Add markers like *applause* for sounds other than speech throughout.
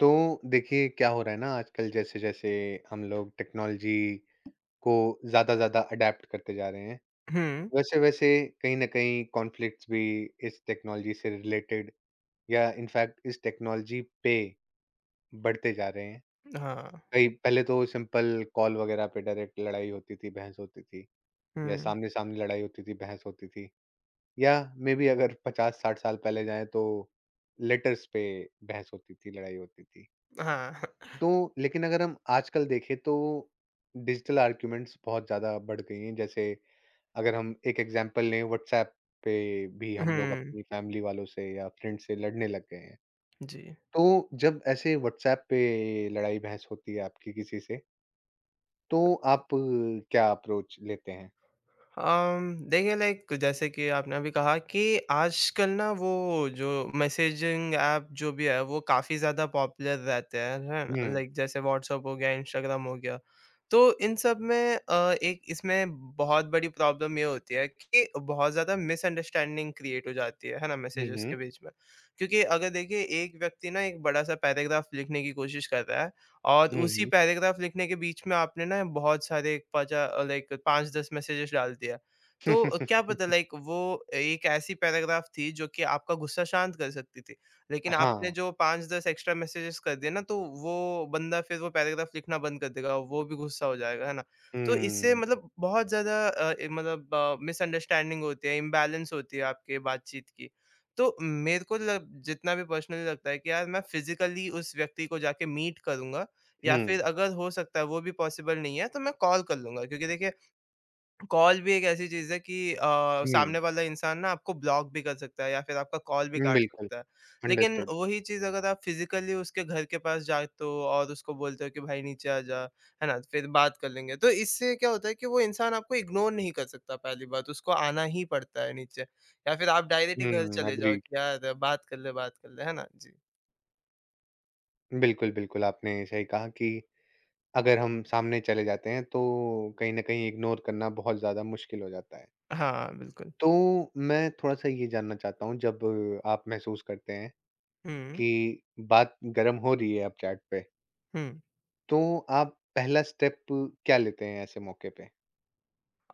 तो देखिए क्या हो रहा है ना आजकल जैसे-जैसे हम लोग टेक्नोलॉजी को ज़्यादा-ज़्यादा अडैप्ट करते जा रहे हैं, हुँ, वैसे-वैसे कहीं न कहीं कॉन्फ्लिक्ट्स भी इस टेक्नोलॉजी से रिलेटेड या इनफैक्ट इस टेक्नोलॉजी पे बढ़ते जा रहे हैं। हाँ। कई पहले तो सिंपल कॉल वगैरह पे डायरेक्ट लड़ाई होती थी, बहस होती थी या हुँ, सामने-सामने लड़ाई होती थी, बहस होती थी या मे बी अगर 50-60 साल पहले जाएँ तो लेटर्स पे बहस होती थी, लड़ाई होती थी। हाँ। *laughs* तो लेकिन अगर हम आजकल देखें तो डिजिटल आर्ग्यूमेंट्स बहुत ज़्यादा बढ़ गई हैं। जैसे अगर हम एक एग्जांपल लें व्हाट्सएप पे भी हम लोग हुँ, अपनी फैमिली वालों से या फ्रेंड से लड़ने लग गए हैं। जी। तो जब ऐसे व्हाट्सएप पे लड़ाई-बहस होती है आपकी किसी से, तो आप क्या अप्रोच लेते हैं? देखिए लाइक जैसे कि आपने अभी कहा कि आजकल ना वो जो मैसेजिंग ऐप जो भी है वो काफ़ी ज़्यादा पॉपुलर रहते हैं, है ना? हुँ, लाइक जैसे व्हाट्सएप हो गया, इंस्टाग्राम हो गया। तो इन सब में एक इसमें बहुत बड़ी प्रॉब्लम ये होती है कि बहुत ज़्यादा मिसअंडरस्टैंडिंग क्रिएट हो जाती है ना? हुँ, मैसेजेस हुँ। के बीच में। क्योंकि अगर देखिए एक व्यक्ति ना एक बड़ा-सा पैराग्राफ लिखने की कोशिश कर रहा है और हुँ, उसी हुँ। पैराग्राफ लिखने के बीच में आपने ना बहुत सारे पचा लाइक 5-10 मैसेजेस डाल दिया। तो क्या *laughs* पता लाइक वो एक ऐसी पैराग्राफ थी जो कि आपका गुस्सा शांत कर सकती थी। लेकिन आपने हाँ। जो 5-10 एक्स्ट्रा मैसेजेस कर दिए ना तो वो बंदा फिर वो पैराग्राफ लिखना बंद कर देगा, वो भी गुस्सा हो जाएगा, है ना? तो इससे हुँ, मतलब बहुत ज़्यादा अ, ए मतलब मिसअंडरस्टैंडिंग होती है, इम्बैलेंस होती है आपके बातचीत की। तो मेरे को लग जितना भी पर्सनली लगता है कि यार मैं फिज़िकली उस व्यक्ति को जाके मीट करूँगा या हुँ, फिर अगर हो सकता है वो भी पॉसिबल नहीं है तो मैं कॉल कर लूँगा क्योंकि देखिए कॉल भी एक ऐसी चीज़ है कि हुँ। सामने वाला इंसान ना आपको ब्लॉक भी कर सकता है या फिर आपका कॉल भी काट बिल्कुल, सकता है। लेकिन अंडरस्टूड। वही चीज़ अगर आप फिज़िकली उसके घर के पास जाते हो और उसको बोलते हो कि भाई नीचे आ जा, है ना? फिर बात कर लेंगे। तो इससे क्या होता है कि वो इंसान आपको इग्नोर नहीं कर सकता पहली बात, उसको आना ही पड़ता है नीचे या फिर आप डायरेक्ट ही घर हुँ, चले जाओ एग्रीड। कि यार बात कर ले, है ना? जी। बिल्कुल, बिल्कुल, आपने सही कहा कि अगर हम सामने चले जाते हैं तो कहीं न कहीं इग्नोर करना बहुत ज़्यादा मुश्किल हो जाता है। हाँ, बिल्कुल। तो मैं थोड़ा-सा ये जानना चाहता हूँ जब आप महसूस करते हैं हुँ, कि बात गरम हो रही है अब चैट पे, हुँ। तो आप पहला स्टेप क्या लेते हैं ऐसे मौके पे?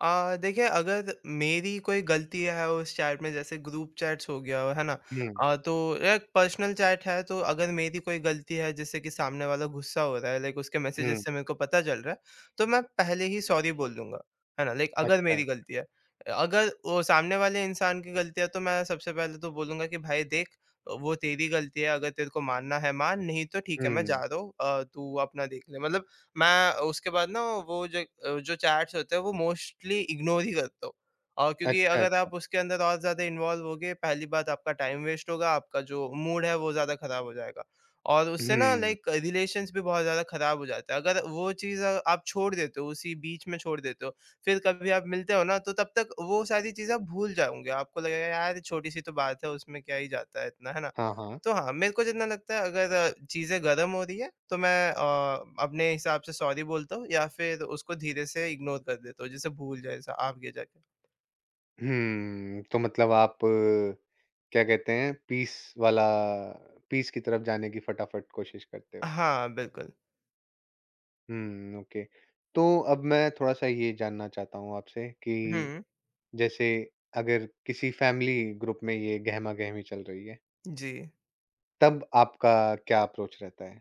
देखिए अगर मेरी कोई गलती है उस चैट में जैसे ग्रुप चैट्स हो गया है ना हुँ, तो एक पर्सनल चैट है तो अगर मेरी कोई गलती है जैसे कि सामने वाला गुस्सा हो रहा है लाइक उसके हुँ, मैसेजेस से मेरे को पता चल रहा है तो मैं पहले ही सॉरी बोल दूंगा, है ना? लाइक अगर अच्छा। मेरी गलती है। अगर वो सामने वाले इंसान की गलती है तो मैं सबसे पहले तो बोलूंगा कि भाई देख वो तेरी गलती है, अगर तेरे को मानना है मान, नहीं तो ठीक है मैं हुँ, जा रहा हूँ, तू अपना देख ले मतलब। मैं उसके बाद ना वो जो अ, जो चैट्स होते हैं वो मोस्टली इग्नोर ही करता हूँ। और क्योंकि अच्छा, अगर अच्छा। आप उसके अंदर और ज़्यादा इन्वॉल्व होगे, पहली बात आपका टाइम वेस्ट होगा, आपका जो मूड है वो ज़्यादा ख़राब हो जाएगा। और उससे ना हुँ, लाइक रिलेशंस भी बहुत ज़्यादा ख़राब हो जाता है। अगर वो चीज़ आप छोड़ देते हो, उसी बीच में छोड़ देते हो, फिर कभी आप मिलते हो ना तो तब तक वो सारी चीज़ें आप भूल जाओगे। आपको लगेगा यार छोटी-सी तो बात है, उसमें क्या ही जाता है इतना, है ना? हाँ, हाँ। तो हाँ, मेरे को जितना लगता है अगर चीज़ें गरम हो रही है, तो मैं अपने हिसाब से सॉरी बोलता हूँ या फिर उसको धीरे से इग्नोर कर देता हूँ, जिसे भूल जाए सा आगे जाके। हुँ, तो मतलब आप क्या कहते हैं वाला पीस की तरफ जाने की फटाफट कोशिश करते हो। हाँ, बिल्कुल। हुँ, ओके। तो अब मैं थोड़ा-सा ये जानना चाहता हूँ आपसे कि हुँ, जैसे अगर किसी फ़ैमिली ग्रुप में ये गहमा-गहमी चल रही है, जी। तब आपका क्या अप्रोच रहता है?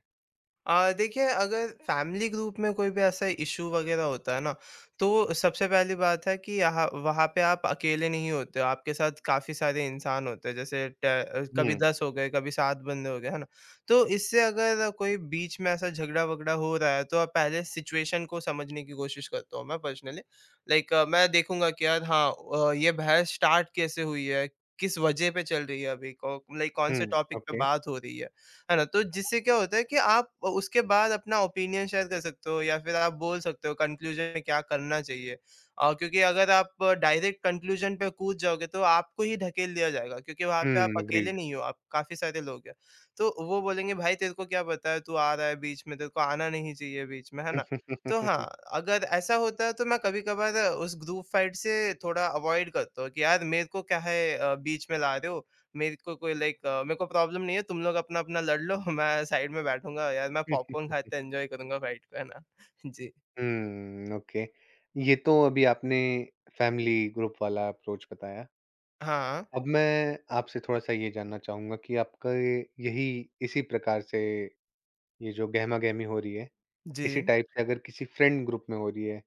देखिए अगर फैमिली ग्रुप में कोई भी ऐसा इशू वगैरह होता है ना, तो सबसे पहली बात है कि यहाँ वहाँ पे आप अकेले नहीं होते हो, आपके साथ काफ़ी सारे इंसान होते हैं, जैसे कभी हुँ, 10 हो गए, कभी 7 बंदे हो गए, है ना? तो इससे अगर कोई बीच में ऐसा झगड़ा-वगड़ा हो रहा है, तो आप पहले सिचुएशन को समझने की कोशिश करता हूँ मैं पर्सनली। लाइक मैं देखूँगा कि यार, हाँ, ये बहस स्टार्ट कैसे हुई है? किस वजह पे चल रही है अभी? कौ लाइक कौन से हुँ, टॉपिक पे ओके। बात हो रही है? है ना? तो जिससे क्या होता है कि आप उसके बाद अपना ओपिनियन शेयर कर सकते हो या फिर आप बोल सकते हो कंक्लूजन में क्या करना चाहिए। क्योंकि अगर आप डायरेक्ट कंक्लूजन पे कूद जाओगे तो आपको ही ढकेल दिया जाएगा क्योंकि वहाँ पे आप हुँ, अकेले एग्रीड। नहीं हो, आप काफ़ी सारे लोग हैं। तो वो बोलेंगे भाई तेरे को क्या पता है, तू आ रहा है बीच में, तेरे को आना नहीं चाहिए बीच में, है ना? तो हाँ, हुँ, अगर ऐसा होता है तो मैं कभी-कभार उस ग्रुप फाइट से थोड़ा अवॉइड करता हूँ कि यार मेरे को क्या है, बीच में ला रहे हो, मेरे को कोई लाइक मेरे को प्रॉब्लम नहीं है, तुम लोग अपना-अपना लड़ लो, *laughs* मैं साइड में बैठूँगा यार, मैं पॉपकॉर्न खाते *laughs* एन्जॉय करूँगा फाइट को, है ना? *laughs* जी। ओके। ये तो अभी आपने फ़ैमिली ग्रुप वाला अप्रोच बताया। हाँ, अब मैं आपसे थोड़ा-सा ये जानना चाहूँगा कि आपका ये यही इसी प्रकार से ये जो गहमा-गहमी हो रही है जी। इसी टाइप से अगर किसी फ्रेंड ग्रुप में हो रही है,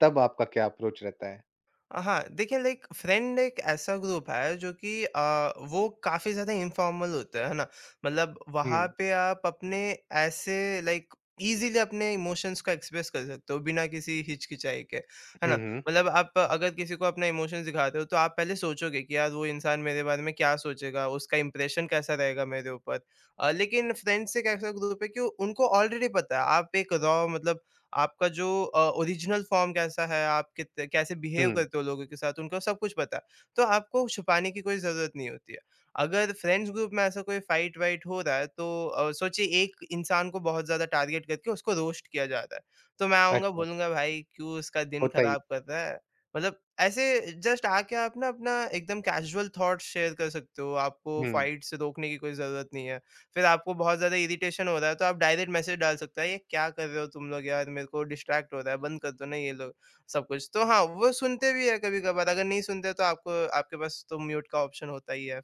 तब आपका क्या अप्रोच रहता है? हाँ, देखिए लाइक फ्रेंड एक ऐसा ग्रुप है जो कि वो काफ़ी ज़्यादा इन्फॉर्मल होता है ना? मतलब वहाँ हुँ, पे आप अपने ऐसे लाइक ईज़िली अपने इमोशंस को एक्सप्रेस कर सकते हो बिना किसी हिचकिचाई के, है हुँ, ना? हुँ, मतलब आप अगर किसी को अपना इमोशंस दिखाते हो तो आप पहले सोचोगे कि यार वो इंसान मेरे बारे में क्या सोचेगा, उसका इंप्रेशन कैसा रहेगा मेरे ऊपर। लेकिन फ्रेंड्स एक ऐसा ग्रुप है कि उनको ऑलरेडी पता है आप एक रॉ, मतलब आपका जो ओरिजिनल फॉर्म कैसा है, आप कित कैसे बिहेव हुँ। करते हो लोगों के साथ, उनको सब कुछ पता है। तो आपको छुपाने की कोई ज़रूरत नहीं होती है। अगर फ्रेंड्स ग्रुप में ऐसा कोई फाइट-वाइट हो रहा है तो सोचिए एक इंसान को बहुत ज़्यादा टारगेट करके उसको रोस्ट किया जा रहा है। तो मैं आऊँगा, अच्छा, अच्छा, बोलूँगा भाई क्यों उसका दिन होता ही खराब कर रहा है? मतलब ऐसे जस्ट आके आप ना अपना एकदम कैज़ुअल थॉट्स शेयर कर सकते हो, आपको हुँ। फाइट से रोकने की कोई ज़रूरत नहीं है। फिर आपको बहुत ज़्यादा इरिटेशन हो रहा है तो आप डायरेक्ट मैसेज डाल सकते हो, ये क्या कर रहे हो तुम लोग यार, मेरे को डिस्ट्रैक्ट हो रहा है, बंद कर दो ना ये लोग सब कुछ। तो हाँ, वो सुनते भी है कभी कभार। अगर नहीं सुनते तो आपको, आपके पास तो म्यूट का ऑप्शन होता ही है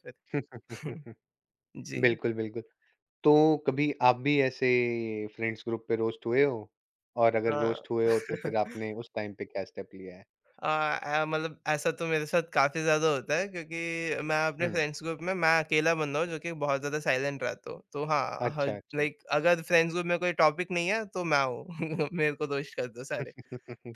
फिर। *laughs* *laughs* जी। बिल्कुल, बिल्कुल। तो कभी आप भी ऐसे फ्रेंड्स ग्रुप पे रोस्ट हुए हो? और अगर हाँ। रोस्ट हुए हो तो फिर *laughs* आपने उस टाइम पे क्या स्टेप लिया है? आ, आ, मतलब ऐसा तो मेरे साथ काफी ज्यादा होता है क्योंकि मैं अपने हुँ, फ्रेंड्स ग्रुप में मैं अकेला बंदा हूँ जो कि बहुत ज्यादा साइलेंट रहता हूँ, तो हाँ। अच्छा, अच्छा। लाइक अगर फ्रेंड्स ग्रुप में कोई टॉपिक नहीं है तो मैं हूँ। *laughs* मेरे को दोष कर दो सारे।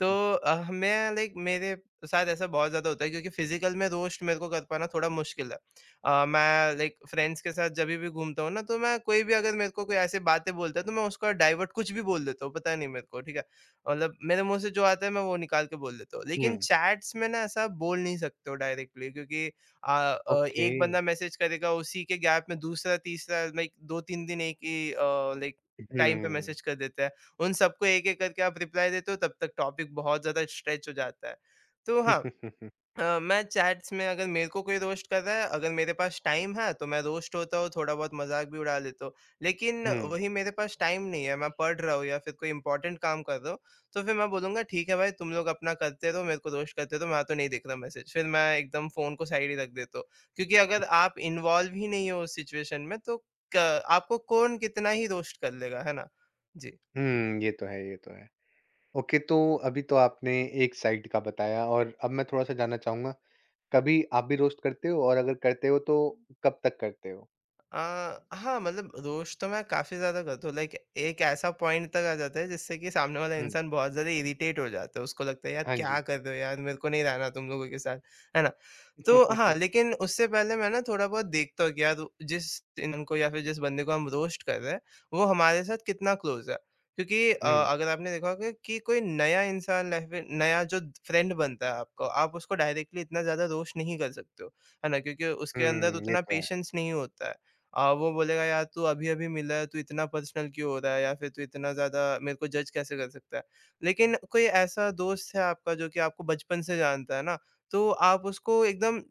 तो मैं लाइक मेरे साथ ऐसा बहुत ज़्यादा होता है क्योंकि फिज़िकल में रोस्ट मेरे को कर पाना थोड़ा मुश्किल है। मैं लाइक फ्रेंड्स के साथ जभी भी घूमता हूँ ना तो मैं कोई भी, अगर मेरे को कोई ऐसी बातें बोलता है तो मैं उसका डाइवर्ट कुछ भी बोल देता हूँ, पता नहीं मेरे को, ठीक है? मतलब मेरे मुँह से जो आता है मैं वो निकाल के बोल देता हूँ। हुँ, लेकिन चैट्स में ना ऐसा बोल नहीं सकते हो डायरेक्टली क्योंकि ओके। एक बंदा मैसेज करेगा, उसी के गैप में दूसरा, तीसरा लाइक 2-3 दिन एक ही लाइक टाइम पे हुँ। मैसेज कर देता है। उन सबको एक-एक करके आप रिप्लाई देते हो तब तक टॉपिक बहुत ज़्यादा स्ट्रेच हो जाता है। तो हाँ, मैं चैट्स में अगर मेरे को कोई रोस्ट कर रहा है, अगर मेरे पास टाइम है तो मैं रोस्ट होता हूँ, थोड़ा बहुत मज़ाक भी उड़ा लेता हूँ। लेकिन हुँ, वही मेरे पास टाइम नहीं है, मैं पढ़ रहा हूँ या फिर कोई इम्पोर्टेंट काम कर रहा हूँ, तो फिर मैं बोलूँगा ठीक है भाई, तुम लोग अपना करते रहो, मेरे को रोस्ट करते रहो, मैं तो नहीं देख रहा मैसेज। फिर मैं एकदम फ़ोन को साइड ही रख देता हूँ। क्योंकि अगर आप इन्वॉल्व ही नहीं हो उस सिचुएशन में तो क आपको कौन कितना ही रोस्ट कर लेगा, है ना? जी। हुँ, *laughs* ये तो है, ये तो है। ओके, तो अभी तो आपने एक साइड का बताया और अब मैं थोड़ा-सा जानना चाहूँगा कभी आप भी रोस्ट करते हो? और अगर करते हो तो कब तक करते हो? अ, हाँ, मतलब रोष तो मैं काफ़ी ज़्यादा करता हूँ, लाइक एक ऐसा पॉइंट तक आ जाता है जिससे कि सामने वाला हुँ। इंसान बहुत ज़्यादा इरिटेट हो जाता है, उसको लगता है यार हाँ क्या जी। कर रहे हो यार, मेरे को नहीं रहना तुम लोगों के साथ, है ना? तो हाँ, *laughs* लेकिन उससे पहले मैं ना थोड़ा बहुत देखता हूँ कि यार जिस इंसान को या फिर जिस बंदे को हम रोस्ट कर रहे हैं, वो हमारे साथ कितना क्लोज़ है। क्योंकि हुँ, अगर आपने देखा होगा कि कोई नया इंसान, लाइफ़ में नया जो फ्रेंड बनता है आपको, आप उसको डायरेक्टली इतना ज़्यादा रोस्ट नहीं कर सकते हो, है ना? क्योंकि उसके अंदर हुँ, ये उतना तो है। पेशेंस नहीं होता है। वो बोलेगा यार तू अभी-अभी मिला है, तू इतना पर्सनल क्यों हो रहा है या फिर तू इतना ज़्यादा मेरे को जज कैसे कर सकता है? लेकिन कोई ऐसा दोस्त है आपका जो कि आपको बचपन से जानता है ना, तो आप उसको एकदम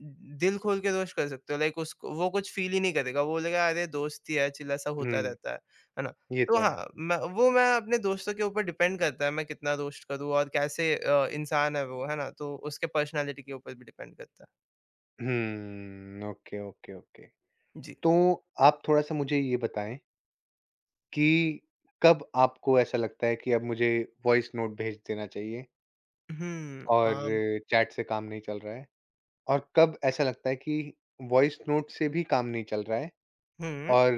दिल खोल के रोस्ट कर सकते हो। लाइक उसको वो कुछ फ़ील ही नहीं करेगा, वो बोलेगा अरे दोस्ती है, चिल ऐसा होता हुँ, रहता है। है ना? ये तो तो है। हाँ, मैं अपने दोस्तों के ऊपर डिपेंड करता है मैं कितना रोस्ट करूँ और कैसे इंसान है वो, है ना? तो उसके पर्सनैलिटी के ऊपर भी डिपेंड करता है। हुँ, ओके, ओके, ओके। जी। तो आप थोड़ा-सा मुझे ये बताएँ कि कब आपको ऐसा लगता है कि अब मुझे वॉइस नोट भेज देना चाहिए हुँ, और चैट से काम नहीं चल रहा है? और कब ऐसा लगता है कि वॉइस नोट से भी काम नहीं चल रहा है हुँ। और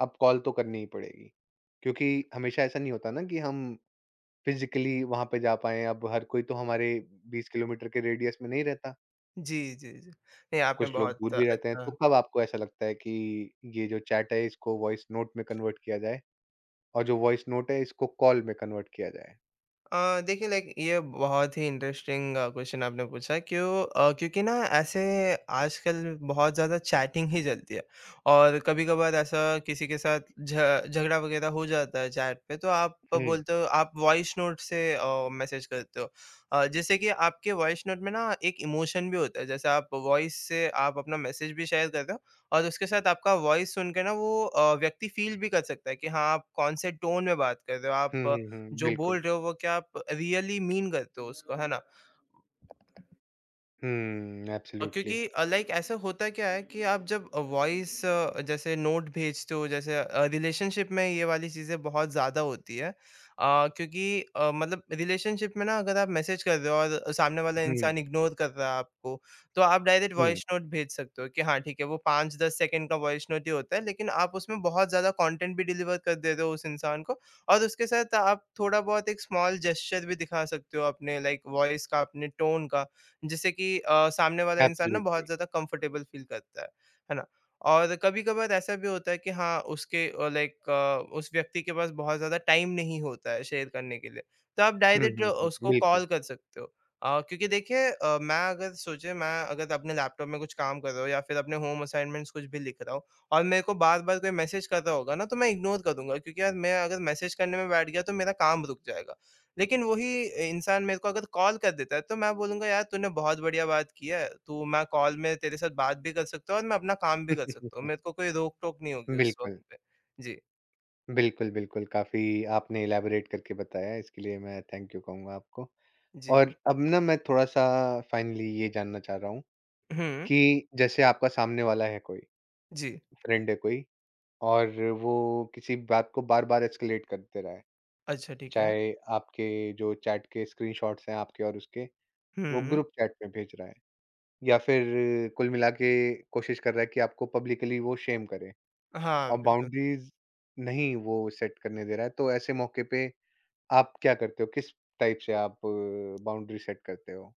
अब कॉल तो करनी ही पड़ेगी? क्योंकि हमेशा ऐसा नहीं होता ना कि हम फिज़िकली वहाँ पे जा पाएँ, अब हर कोई तो हमारे 20 किलोमीटर के रेडियस में नहीं रहता, जी, जी, जी। नहीं, आपने कुछ लोग दूर बहुत भी रहते हैं, तो अच्छा, कब आपको ऐसा लगता है कि ये जो चैट है इसको वॉइस नोट में कन्वर्ट किया जाए और जो वॉइस नोट है इसको कॉल में कन्वर्ट किया जाए? देखिए लाइक ये बहुत ही इंटरेस्टिंग क्वेश्चन आपने पूछा क्योंकि ना ऐसे आजकल बहुत ज़्यादा चैटिंग ही चलती है और कभी-कभार ऐसा किसी के साथ झ झगड़ा वगैरह हो जाता है चैट पे तो आप हुँ। बोलते हो आप वॉइस नोट से मैसेज करते हो। जैसे कि आपके वॉइस नोट में ना एक इमोशन भी होता है जैसे आप वॉइस से आप अपना मैसेज भी शेयर करते हो और उसके साथ आपका वॉइस सुन के ना वो व्यक्ति फ़ील भी कर सकता है कि हाँ, आप कौन से टोन में बात कर रहे हो, हुँ, आप हुँ, हुँ, जो बोल बिल्कुल। रहे हो वो क्या आप रियली मीन करते हो उसको, है ना? हुँ, एब्सोल्युटली। क्योंकि लाइक ऐसा होता क्या है कि आप जब वॉइस जैसे नोट भेजते हो जैसे रिलेशनशिप में ये वाली चीज़ें बहुत ज़्यादा होती है क्योंकि मतलब रिलेशनशिप में ना अगर आप मैसेज कर रहे हो और सामने वाला हुँ, इंसान इग्नोर कर रहा है आपको तो आप डायरेक्ट हुँ, वॉइस नोट भेज सकते हो कि हाँ ठीक है वो 5-10 सेकेंड का वॉइस नोट ही होता है लेकिन आप उसमें बहुत ज़्यादा कंटेंट भी डिलीवर कर दे रहे हो उस इंसान को और उसके साथ आप थोड़ा बहुत एक स्मॉल जेस्चर भी दिखा सकते हो अपने लाइक वॉइस का अपने टोन का जिससे कि सामने वाला इंसान ना बहुत एब्सोल्युटली। ज़्यादा कंफर्टेबल फ़ील करता है ना? और कभी-कभार ऐसा भी होता है कि हाँ, उसके लाइक उस व्यक्ति के पास बहुत ज़्यादा टाइम नहीं होता है शेयर करने के लिए, तो आप हुँ, डायरेक्ट हुँ, हुँ, उसको बिल्कुल। कॉल कर सकते हो। क्योंकि देखिए मैं अगर सोचिए मैं अगर अपने लैपटॉप में कुछ काम कर रहा हूँ या फिर अपने होम असाइनमेंट्स कुछ भी लिख रहा हूँ और मेरे को बार-बार कोई मैसेज कर रहा होगा ना, तो मैं इग्नोर कर दूँगा क्योंकि यार मैं अगर मैसेज करने में बैठ गया तो मेरा काम रुक जाएगा। लेकिन वही इंसान मेरे को अगर कॉल कर देता है, तो मैं बोलूँगा यार तूने बहुत बढ़िया बात की है। तू मैं कॉल में तेरे साथ बात भी कर सकता हूँ और मैं अपना काम भी कर सकता हूँ। मेरे *laughs* को कोई रोक-टोक नहीं होगी उस वक़्त बिल्कुल, पे। जी, बिल्कुल, बिल्कुल, काफ़ी आपने इलैबोरेट करके बताया, इसके लिए मैं थैंक यू कहूँगा आपको। जी। और अब ना मैं थोड़ा-सा फाइनली ये जानना चाह रहा हूँ हुँ, कि जैसे आपका सामने वाला है कोई, जी। फ्रेंड है कोई और वो किसी बात को बार-बार एस्केलेट कर दे रहा है। अच्छा ठीक है। चाहे आपके जो चैट के स्क्रीनशॉट्स हैं आपके और उसके, वो हुँ। ग्रुप चैट में भेज रहा है या फिर कुल मिला के कोशिश कर रहा है कि आपको पब्लिकली वो शेम करे हाँ, और बिल्कुल। बाउंड्रीज़ नहीं वो सेट करने दे रहा है, तो ऐसे मौके पे आप क्या करते हो? किस टाइप से आप बाउंड्री सेट करते हो?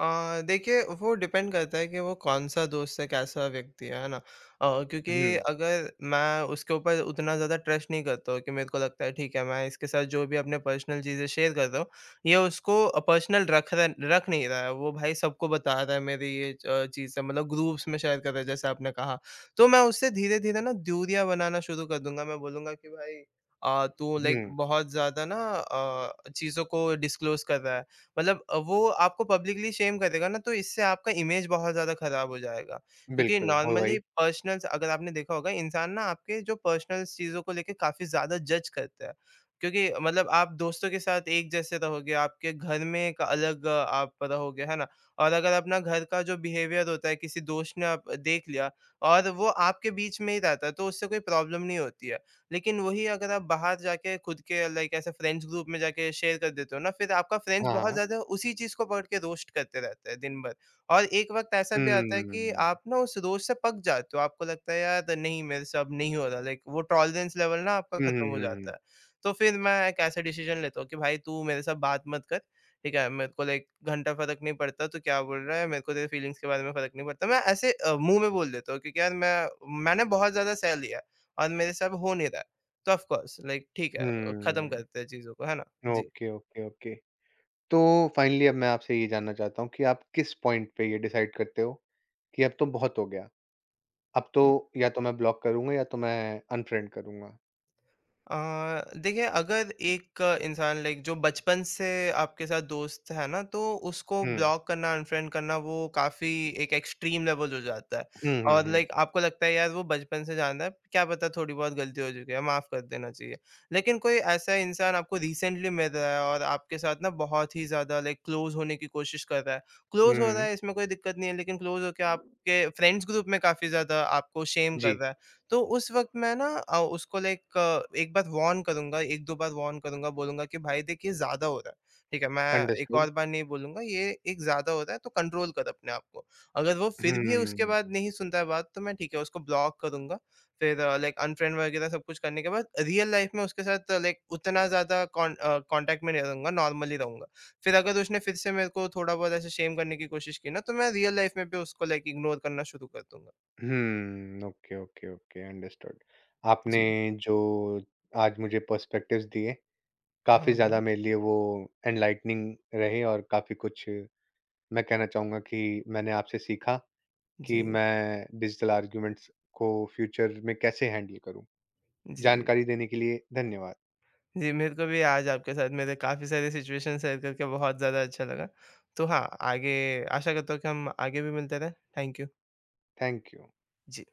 देखिए वो डिपेंड करता है कि वो कौन-सा दोस्त है, कैसा व्यक्ति है ना? क्योंकि हुँ, अगर मैं उसके ऊपर उतना ज़्यादा ट्रस्ट नहीं करता हूँ कि मेरे को लगता है ठीक है, मैं इसके साथ जो भी अपने पर्सनल चीज़ें शेयर कर रहा हूँ, ये उसको पर्सनल रख नहीं रहा है। वो भाई सबको बता रहा है मेरी ये चीज़ें मतलब ग्रुप्स में शेयर कर रहा है जैसे आपने कहा। तो मैं उससे धीरे-धीरे ना दूरियाँ बनाना शुरू कर दूँगा। मैं बोलूँगा कि भाई तू हुँ, लाइक बहुत ज़्यादा ना चीज़ों को डिस्क्लोज़ कर रहा है। मतलब वो आपको पब्लिकली शेम करेगा ना तो इससे आपका इमेज बहुत ज़्यादा ख़राब हो जाएगा। क्योंकि बिल्कुल, हो गई। नॉर्मली पर्सनल्स अगर आपने देखा होगा इंसान ना आपके जो पर्सनल चीज़ों को लेके काफ़ी ज़्यादा जज करता है। क्योंकि मतलब आप दोस्तों के साथ एक जैसे रहोगे, आपके घर में एक अलग आप रहोगे, है ना? और अगर अपना घर का जो बिहेवियर होता है किसी दोस्त ने आप देख लिया और वो आपके बीच में ही रहता है तो उससे कोई प्रॉब्लम नहीं होती है। लेकिन वही अगर आप बाहर जाके खुद के लाइक ऐसे फ्रेंड्स ग्रुप में जाके शेयर कर देते हो ना फिर आपका फ्रेंड्स हाँ, बहुत हाँ। ज़्यादा उसी चीज़ को पकड़ के रोस्ट करते रहते हैं दिन भर। और एक वक़्त ऐसा हुँ, भी आता है हुँ, हुँ, कि हुँ। आप ना उस रोस्ट से पक जाते हो, आपको लगता है यार नहीं मेरे से अब नहीं हो रहा लाइक वो टॉलरेंस लेवल ना आपका हुँ, हुँ, खत्म हो हुँ, जाता हुँ। है। तो फिर मैं एक ऐसा डिसीजन लेता हूँ कि भाई तू मेरे साथ बात मत कर, ठीक है? मेरे को लाइक घंटा फ़र्क नहीं पड़ता तू क्या बोल रहा है, मेरे को तेरे फीलिंग्स के बारे में फ़र्क नहीं पड़ता। मैं ऐसे मुँह में बोल देता हूँ क्योंकि यार मैंने बहुत ज़्यादा सह लिया है। और मेरे से अब हो नहीं रहा है, तो ऑफ़ कोर्स लाइक ठीक है, ख़त्म हुँ। करते हैं चीज़ों को, है ना? जी। Okay, okay, okay. तो फाइनली अब मैं आपसे ये जानना चाहता हूँ कि आप किस पॉइंट पे ये डिसाइड करते हो कि अब तो बहुत हो गया, अब हुँ। तो या तो मैं ब्लॉक करूँगा या तो मैं अनफ्रेंड करूँगा? अ, देखिए अगर एक इंसान लाइक जो बचपन से आपके साथ दोस्त है ना तो उसको हुँ। ब्लॉक करना अनफ्रेंड करना वो काफी एक एक्सट्रीम लेवल हो जाता है हुँ, हुँ, और हुँ। लाइक आपको लगता है यार वो बचपन से जानता है क्या पता थोड़ी बहुत गलती हो चुकी है माफ कर देना चाहिए लेकिन कोई ऐसा इंसान आपको रिसेंटली मिल रहा है और आपके साथ ना बहुत ही ज्यादा लाइक क्लोज होने की कोशिश कर रहा है हुँ, क्लोज हो रहा हुँ। है इसमें कोई दिक्कत नहीं है लेकिन क्लोज होकर आपके फ्रेंड्स ग्रुप में काफी ज्यादा आपको शेम कर जी, रहा है तो उस वक़्त मैं ना उसको लाइक एक बार वार्न करूँगा, 1-2 बार वार्न करूँगा, बोलूँगा कि भाई देख ये ज़्यादा हो रहा है, ठीक है? मैं एक अंडरस्टूड। और बार नहीं बोलूँगा, ये एक ज़्यादा हो रहा है तो कंट्रोल कर अपने आप को। अगर वो फिर भी उसके हुँ। बाद नहीं सुनता है बात तो मैं ठीक है उसको ब्लॉक करूँगा, फिर लाइक अनफ्रेंड वगैरह सब कुछ करने के बाद रियल लाइफ़ में उसके साथ लाइक उतना ज़्यादा कॉन्टैक्ट में नहीं रहूँगा, नॉर्मली रहूँगा। फिर अगर उसने फिर से मेरे को थोड़ा बहुत ऐसे शेम करने की कोशिश की ना तो मैं रियल लाइफ़ में भी उसको लाइक इग्नोर करना शुरू कर दूँगा। हुँ। Okay, okay, okay, understood. आपने जी। जो आज मुझे पर्सपेक्टिव्स दिए, हाँ, काफ़ी हाँ। ज़्यादा मेरे लिए वो एनलाइटनिंग रहे और काफ़ी कुछ मैं कहना चाहूँगा कि मैंने आपसे सीखा। कि जी। मैं डिजिटल आर्ग्यूमेंट्स को फ्यूचर में कैसे हैंडल करूं जी। जानकारी देने के लिए धन्यवाद जी, मेरे को भी आज आपके साथ मेरे काफ़ी सारे सिचुएशन शेयर करके बहुत ज़्यादा अच्छा लगा। तो हाँ, आगे आशा करता हूँ कि हम आगे भी मिलते रहें। Thank you. Thank you ji.